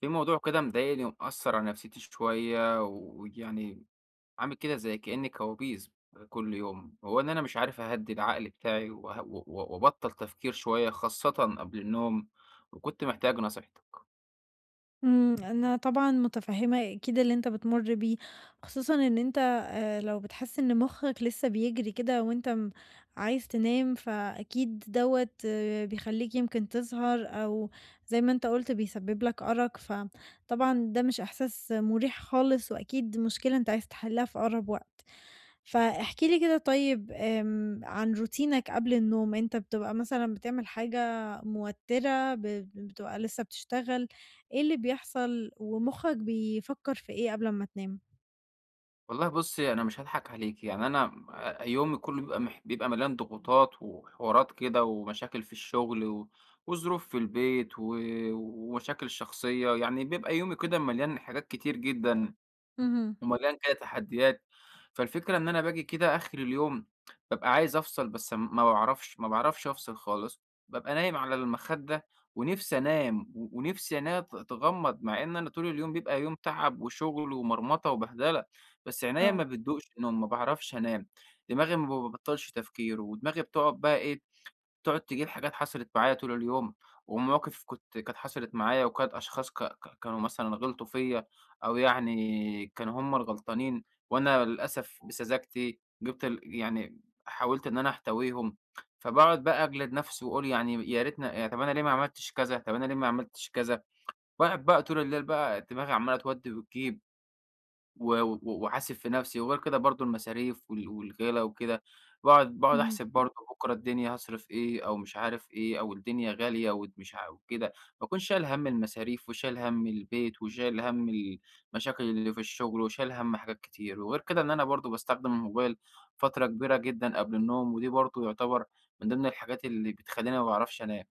في موضوع كده مضايقني ومأثر على نفسيتي شوية ويعني عامل كده زي كأني كوابيس كل يوم، هو إن أنا مش عارف أهدي العقل بتاعي وه- و- و- وأبطل تفكير شوية، خاصة قبل النوم، وكنت محتاج نصيحتك. أنا طبعًا متفهمة أكيد اللي أنت بتمُر بيه، خصوصًا إن أنت لو بتحس إن مخّك لسه بيجري كده وأنت عايز تنام، فأكيد دوّة بيخلّيك يمكن تسهر أو زي ما أنت قُلت بيسبب لك أرق، فطبعًا ده مش إحساس مُريح خالص، وأكيد مشكلة أنت عايز تحلّها في أقرب وقت. فاحكِ لي كده طيب، عن روتينك قبل النوم، أنت بتبقى مثلًا بتعمل حاجة موتِّرة، بتبقى لسه بتشتغل، إيه اللي بيحصل ومُخّك بيفكّر في إيه قبل أمّا تنام؟ والله بصي، أنا مش هضحك عليك، يعني أنا يومي كله بيبقى بيبقى مليان ضغوطات وحوارات كده ومشاكل في الشغل وظروف في البيت ومشاكل شخصية، يعني بيبقى يومي كده مليان حاجات كتير جدا، اهم، ومليان كده تحديات، فالفكرة إن أنا باجي كده آخر اليوم بابقى عايز أفصل، بس ما باعرفش، ما باعرفش أفصل خالص. بابقى نايم على المخدة ونِفسي أنام، و ونِفسي عينيّا تغمض، مع إن أنا طول اليوم بيبقى يوم تعب وشغل ومرمطة وبهدلة، بس عينيّا آه. ما بتدوقش نوم، ما باعرفش أنام. دماغي ما بابطّلش تفكير، ودماغي بتقعد بقى إيه، تقعد تجيب حاجات حصلت معايا طول اليوم، ومواقف كانت حصلت معايا، وكانت أشخاص ك ك كانوا مثلًا غلطوا فيّا، أو يعني كانوا هُم الغلطانين، وأنا للأسف بسذاجتي جِبت ال يعني حاولت إن أنا أحتويهم، فباقعد بقى أجلد نفسي وأقول، يعني يا ريتنا، يعني طب أنا ليه ما عملتش كذا، طب أنا ليه ما عملتش كذا، باقعد بقى طول الليل بقى دماغي عمّالة تودّي وتجيب. و و وأحاسب في نفسي، وغير كده برضه المصاريف والغلا وكده، باقعد اهم. أحسب برضه بكرة الدنيا هاصرف إيه، أو مش عارف إيه، أو الدنيا غالية ومش وكده، ما أكونش شايل هَم المصاريف وشايل هَم البيت وشايل هَم المشاكل اللي في الشغل وشايل هَم حاجات كتير. وغير كده إن أنا برضه باستخدم الموبايل فترة كبيرة جدًا قبل النوم، ودي برضه يعتبر من ضمن الحاجات اللي بتخلّيني ما باعرفش أنام.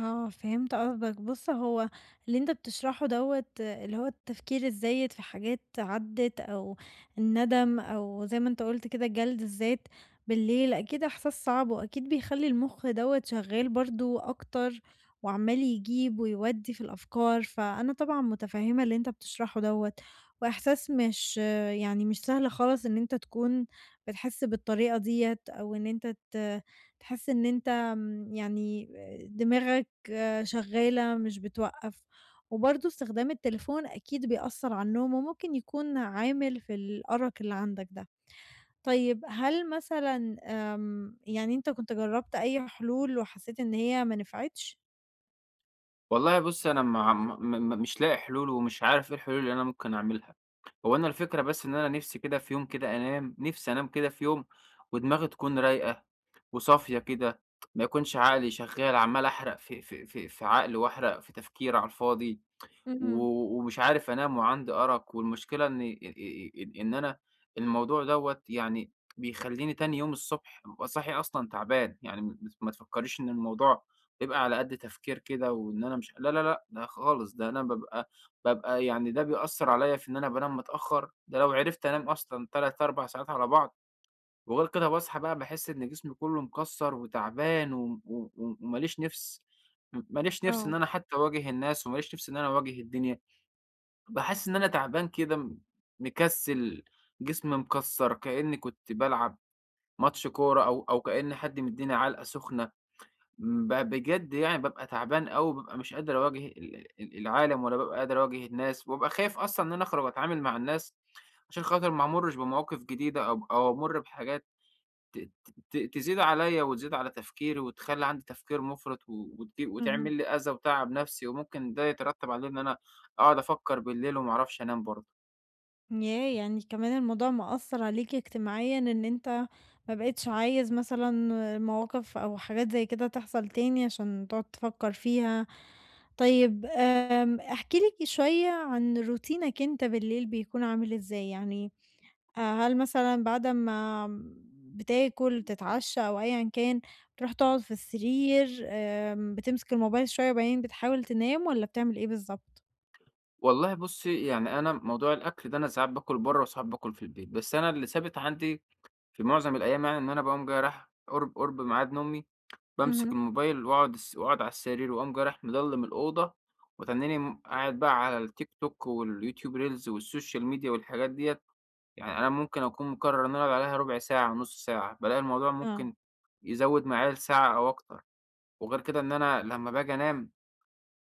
آه، فهمت قصدك. بُص، هو اللي أنت بتشرحه دوّة اللي هو التفكير الزايد في حاجات عدِّت أو الندم أو زي ما أنت قُلت كده جلد الذات بالليل، أكيد إحساس صعب وأكيد بيخلّي المُخ دوّة شغّال برضه أكتر وعمّال يجيب ويودّي في الأفكار، فأنا طبعًا مُتفهِّمة اللي أنت بتشرحه دوّة وإحساس مش يعني مش سهل خالص إن أنت تكون بتحِس بالطريقة ديّة أو إن أنت تحِس إن أنت، يعني دماغك شغالة مش بتوقّف، وبرضه استخدام التليفون أكيد بيأثّر على النوم وممكن يكون عامل في الأرق اللي عندك ده. طيب هل مثلًا، يعني أنت كنت جرّبت أي حلول وحسّيت إن هي ما نفعتش؟ والله بُصّي، أنا ما م م مش لاقي حلول، ومش عارف إيه الحلول اللي أنا ممكن أعملها. هو أنا الفكرة بس إن أنا نِفْسي كده في يوم كده أنام، نِفْسي أنام كده في يوم ودماغي تكون رايقة وصافية كده، ما يكونش عقلي شغال عمّال أحرق في عقل، وأحرق في تفكير على الفاضي. و اهم. ومش عارف أنام وعندي أرق، والمشكلة إن إ إ إن أنا الموضوع دوّة يعني بيخلّيني تاني يوم الصبح بابقى صاحي أصلًا تعبان. يعني ما تفكّريش إن الموضوع بيبقى على قد تفكير كده، وإن أنا مش لا، لا، لأ، ده خالص، ده أنا بابقى يعني ده بيأثّر عليّا في إن أنا بانام متأخّر، ده لو عرفت أنام أصلًا 3، 4 ساعات على بعض. وغير كده باصحى بقى باحس إن جسمي كلّه مكسّر وتعبان، و و وما ليش نِفْس، ما ليش نِفْس إن آه، أنا حتى أواجه الناس، وما ليش نِفْس إن أنا أواجه الدنيا. باحس إن أنا تعبان كده، مكسّل، جسمي مكسّر، كإنّي كنت بالعب ماتش كورة، أو كإن حد مدّيني علقة سخنة. بجد يعني بابقى تعبان أوي، بابقى مش قادر أواجه ال ال العالم، ولا بابقى قادر أواجه الناس، وبابقى خايف أصلًا إن أنا أخرج وأتعامل مع الناس، عشان خاطر ما أمُرّش بمواقف جديدة، أو أمُر بحاجات ت ت ت تزيد عليّا وتزيد على تفكيري، وتخلّي عندي تفكير مُفرط، و وت وتعمل اهم. لي أذى وتعب نَفْسي، وممكن ده يترتّب عليه إن أنا أقعد أفكّر بالليل وما أعرفش أنام برضه. ياه! يعني كمان الموضوع مأثّر عليك اجتماعيًا إن أنت ما بقيتش عايز مثلًا مواقف أو حاجات زي كده تحصل تاني عشان تقعد تفكّر فيها. طيب، احكِ لي شوية عن روتينك أنت بالليل بيكون عامل إزاي؟ يعني هل مثلًا بعد ما بتاكل، بتتعشى أو أيًا كان، بتروح تقعد في السرير، بتمسك الموبايل شوية وبعدين بتحاول تنام والّا بتعمل إيه بالضبط؟ والله بُصّي، يعني أنا موضوع الأكل ده أنا ساعات باكل برّه وساعات باكل في البيت، بس أنا اللي ثابت عندي في معظم الأيام يعني إن أنا باقوم جاي رايح قُرب ميعاد نومي، بامسك اهم، الموبايل وأقعد وأقعد على السرير، وأقوم جاي رايح مضلّم الأوضة، وتنّيني قاعد بقى على التيك توك واليوتيوب ريلز والسوشيال ميديا والحاجات ديّة. يعني أنا ممكن أكون مقرّر إن أنا أقعد عليها ربع ساعة، نُص ساعة، بالاقي الموضوع آه. ممكن يزوّد معايا لساعة أو أكتر. وغير كده إن أنا لمّا باجي أنام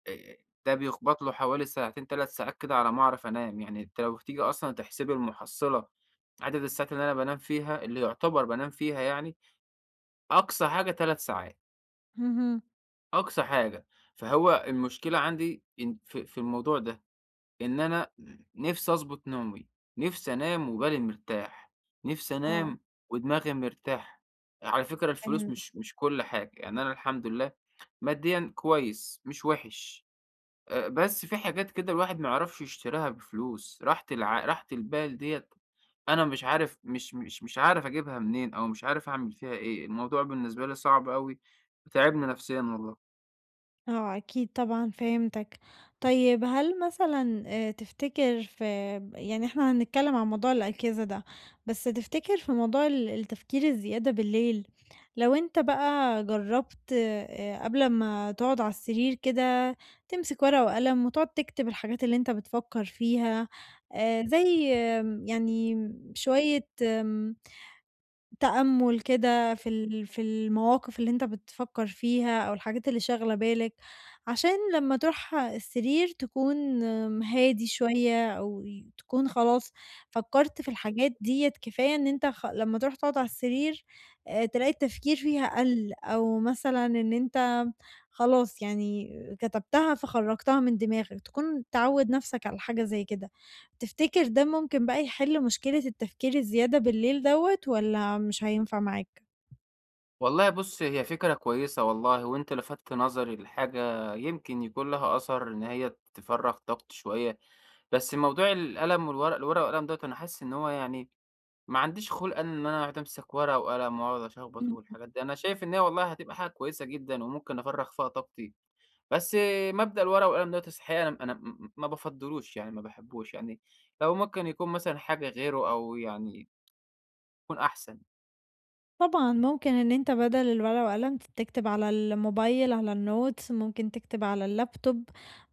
آآ ده بيخبط له حوالي ساعتين، 3 ساعات كده على ما أعرف أنام. يعني أنتِ لو تيجي أصلًا تحسبي المُحصّلة، عدد الساعات اللي أنا بانام فيها، اللي يُعتبر بانام فيها يعني، أقصى حاجة 3 ساعات، اهم، أقصى حاجة. فهو المشكلة عندي إن في الموضوع ده، إن أنا نِفْسي أضبط نومي، نِفْسي أنام وبالي مرتاح، نِفْسي آه، أنام ودماغي مرتاحة. على فكرة الفلوس فاهم. مش كل حاجة، يعني أنا الحمد لله ماديًا كويس، مش وِحِش. بس في حاجات كده الواحد ما يعرفش يشتراها بفلوس، راحة راحة البال ديّة أنا مش عارف، مش عارف أجيبها منين، أو مش عارف أعمل فيها إيه، الموضوع بالنسبة لي صعب أوي وتاعبني نفسيًا والله. آه، أكيد طبعًا فهمتك. طيب هل مثلًا، تفتكر في، يعني إحنا هنتكلم عن موضوع الأجهزة ده، بس تفتكر في موضوع التفكير الزيادة بالليل، لو أنت بقى جرّبت قبل ما تقعد على السرير كده تمسك ورقة وقلم وتقعد تكتب الحاجات اللي أنت بتفكر فيها، زي، يعني شوية تأمُّل كده في في المواقف اللي أنت بتفكّر فيها أو الحاجات اللي شاغلة بالك، عشان لمّا تروح السرير تكون هادي شوية أو تكون خلاص فكّرت في الحاجات ديّة كفاية إن أنت لمّا تروح تقعد على السرير تلاقي التفكير فيها قَل، أو مثلًا إن أنت خلاص يعني كتبتها فخرّجتها من دماغك، تكون تعوّد نَفْسك على حاجة زي كده. تفتكر ده ممكن بقى يحل مشكلة التفكير الزيادة بالليل دوّة والّا مش هينفع معاك؟ والله بُص، هي فكرة كويسة والله، وأنت لفتت نظري لحاجة يمكن يكون لها أثر، إن هي تفرّغ طاقتي شوية. بس موضوع القلم والورق الورق والقلم دوّة، أنا حاسس إن هو يعني ما عنديش خُلْق أنا إن أنا أقعد أمسك ورقة وقلم وأقعد أشخبط والحاجات دي. أنا شايف إن هي والله هتبقى حاجة كويسة جدًا وممكن أفرّغ فيها طاقتي، بس مبدأ الورقة والقلم دوّة الحقيقة أنا ما بافضّلوش، يعني ما باحبّوش. يعني لو ممكن يكون مثلًا حاجة غيره، أو يعني يكون أحسن. طبعًا ممكن إن أنت بدل الورقة وقلم تكتب على الموبايل، على الnotes، ممكن تكتب على اللابتوب،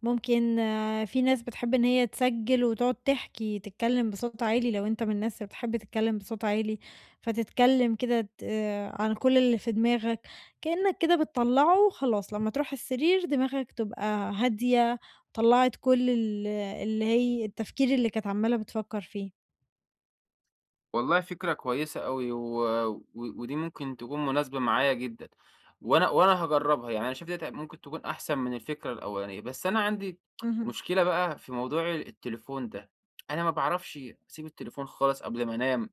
ممكن. آه، في ناس بتحب إن هي تسجّل وتقعد تحكي، تتكلم بصوت عالي لو أنت من الناس اللي بتحب تتكلم بصوت عالي، فتتكلم كده، ت آه، عن كل اللي في دماغك، كأنك كده بتطلّعه وخلاص لمّا تروح السرير دماغك تبقى هادية، طلّعت كل اللي هي التفكير اللي كانت عمّالة بتفكّر فيه. والله فكرة كويسة أوي، و... و... ودي ممكن تكون مناسبة معايا جدا، وأنا هجربها. يعني أنا شايف دي ممكن تكون أحسن من الفكرة الأولانية، بس أنا عندي اهم. مشكلة بقى في موضوع التليفون ده. أنا ما بعرفش أسيب التليفون خالص قبل ما أنام،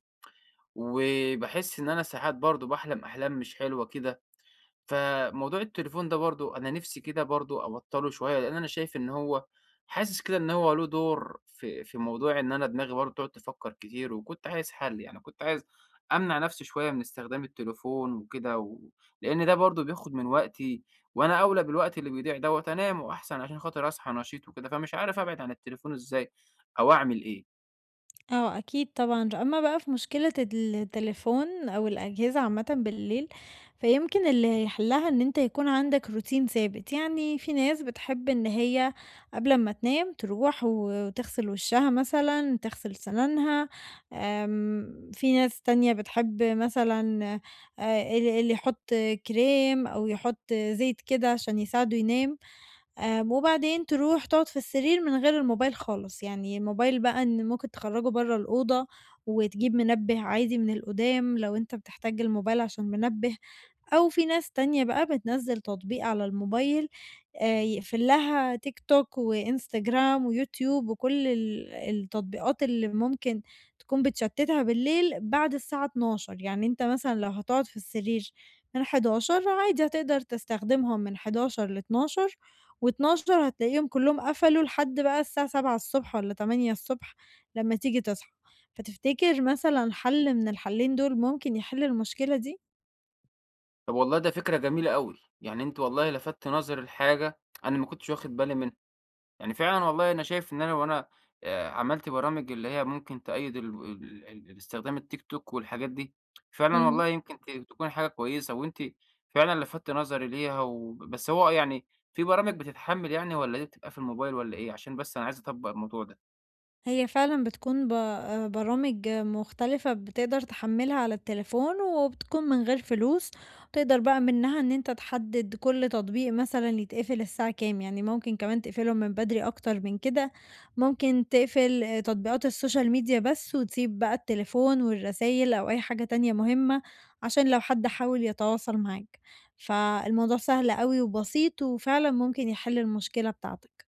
وبحس إن أنا ساعات برضو بحلم أحلام مش حلوة كده. فموضوع التليفون ده برضه أنا نِفْسي كده برضه أبطّله شوية، لإن أنا شايف إن هو، حاسس كده إن هو له دور في موضوع إن أنا دماغي برضه تقعد تفكّر كتير. وكنت عايز حَل، يعني كنت عايز أمنع نَفْسي شوية من استخدام التليفون وكده، و لإن ده برضه بياخُد من وقتي، وأنا أولى بالوقت اللي بيضيع دوّة أنام وأحسن، عشان خاطر أصحى نشيط وكده. فمش عارف أبعد عن التليفون إزاي، أو أعمل إيه؟ آه، أكيد طبعًا. أمّا بقى في مشكلة التليفون أو الأجهزة عامةً بالليل، فيمكن اللي هيحلها إن أنت يكون عندك روتين ثابت، يعني في ناس بتحب إن هي قبل ما تنام تروح وتغسل وشها مثلًا، تغسل سنانها، في ناس تانية بتحب مثلًا، اللي يحط كريم أو يحط زيت كده عشان يساعده ينام. وبعدين تروح تقعد في السرير من غير الموبايل خالص، يعني الموبايل بقى إن ممكن تخرّجه برّه الأوضة وتجيب منبه عادي من القُدام لو أنت بتحتاج الموبايل عشان منبه. أو في ناس تانية بقى بتنزّل تطبيق على الموبايل يقفل لها تيك توك وإنستجرام ويوتيوب وكل التطبيقات اللي ممكن تكون بتشتتها بالليل بعد الساعة 00:00، يعني أنت مثلًا لو هتقعد في السرير من 23:00 عادي هتقدر تستخدمهم من 23:00 ل00:00، و00:00 هتلاقيهم كلّهم قفلوا لحد بقى الساعة 07:00 والّا 08:00 لمّا تيجي تصحى، فتفتكر مثلًا حل من الحلّين دول ممكن يحل المشكلة دي؟ طَب والله ده فكرة جميلة أوي، يعني أنتِ والله لفتتِ نظري لحاجة أنا ما كنتش واخِد بالي منها. يعني فعلًا والله أنا شايف إن أنا لو أنا عملت برامج اللي هي ممكن تأيّد ال ال ال الاستخدام التيك توك والحاجات دي، فعلًا اهم. والله يمكن تكون حاجة كويسة. وأنتِ فعلًا لفتِ نظري ليها، بس هو يعني في برامج بتتحمّل يعني، والّا دي بتبقى في الموبايل والّا إيه؟ عشان بس أنا عايز أطبّق الموضوع ده. هي فعلًا بتكون ب برامج مختلفة بتقدر تحمّلها على التليفون وبتكون من غير فلوس، تقدر بقى منها إن أنت تحدد كل تطبيق مثلًا يتقفل الساعة كام، يعني ممكن كمان تقفلهم من بدري أكتر من كده، ممكن تقفل تطبيقات السوشيال ميديا بس وتسيب بقى التليفون والرسايل أو أي حاجة تانية مهمة، عشان لو حد حاول يتواصل معاك، فالموضوع سهل أوي وبسيط وفعلًا ممكن يحل المشكلة بتاعتك.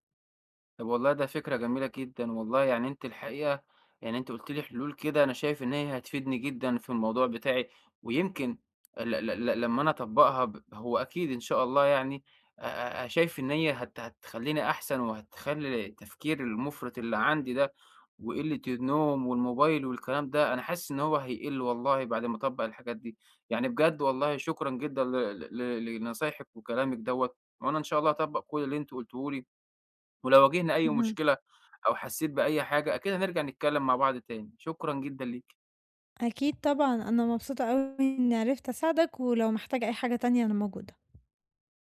طب والله ده فكرة جميلة جدًا والله، يعني أنتِ الحقيقة، يعني أنتِ قُلتِ لي حلول كده أنا شايف إن هي هتفيدني جدًا في الموضوع بتاعي. ويمكن ل ل ل لمّا أنا أطبّقها، هو أكيد إن شاء الله، يعني شايف إن هي هتخلّيني أحسن، وهتخلّي التفكير المُفرط اللي عندي ده، وقِلّة النوم والموبايل والكلام ده، أنا حاسس إن هو هيقِل والله بعد ما أطبّق الحاجات دي. يعني بجد والله شكرًا جدًا ل ل ل لنصايحِك وكلامِك دوّة، وأنا إن شاء الله هاطبّق كل اللي أنتِ قُلتيه لي. ولو واجهنا أي اهم. مشكلة أو حسيت بأي حاجة، أكيد هنرجع نتكلّم مع بعض تاني. شكرًا جدًا ليك. أكيد طبعًا، أنا مبسوطة أوي إني عرفت أساعدك، ولو محتاج أي حاجة تانية أنا موجودة.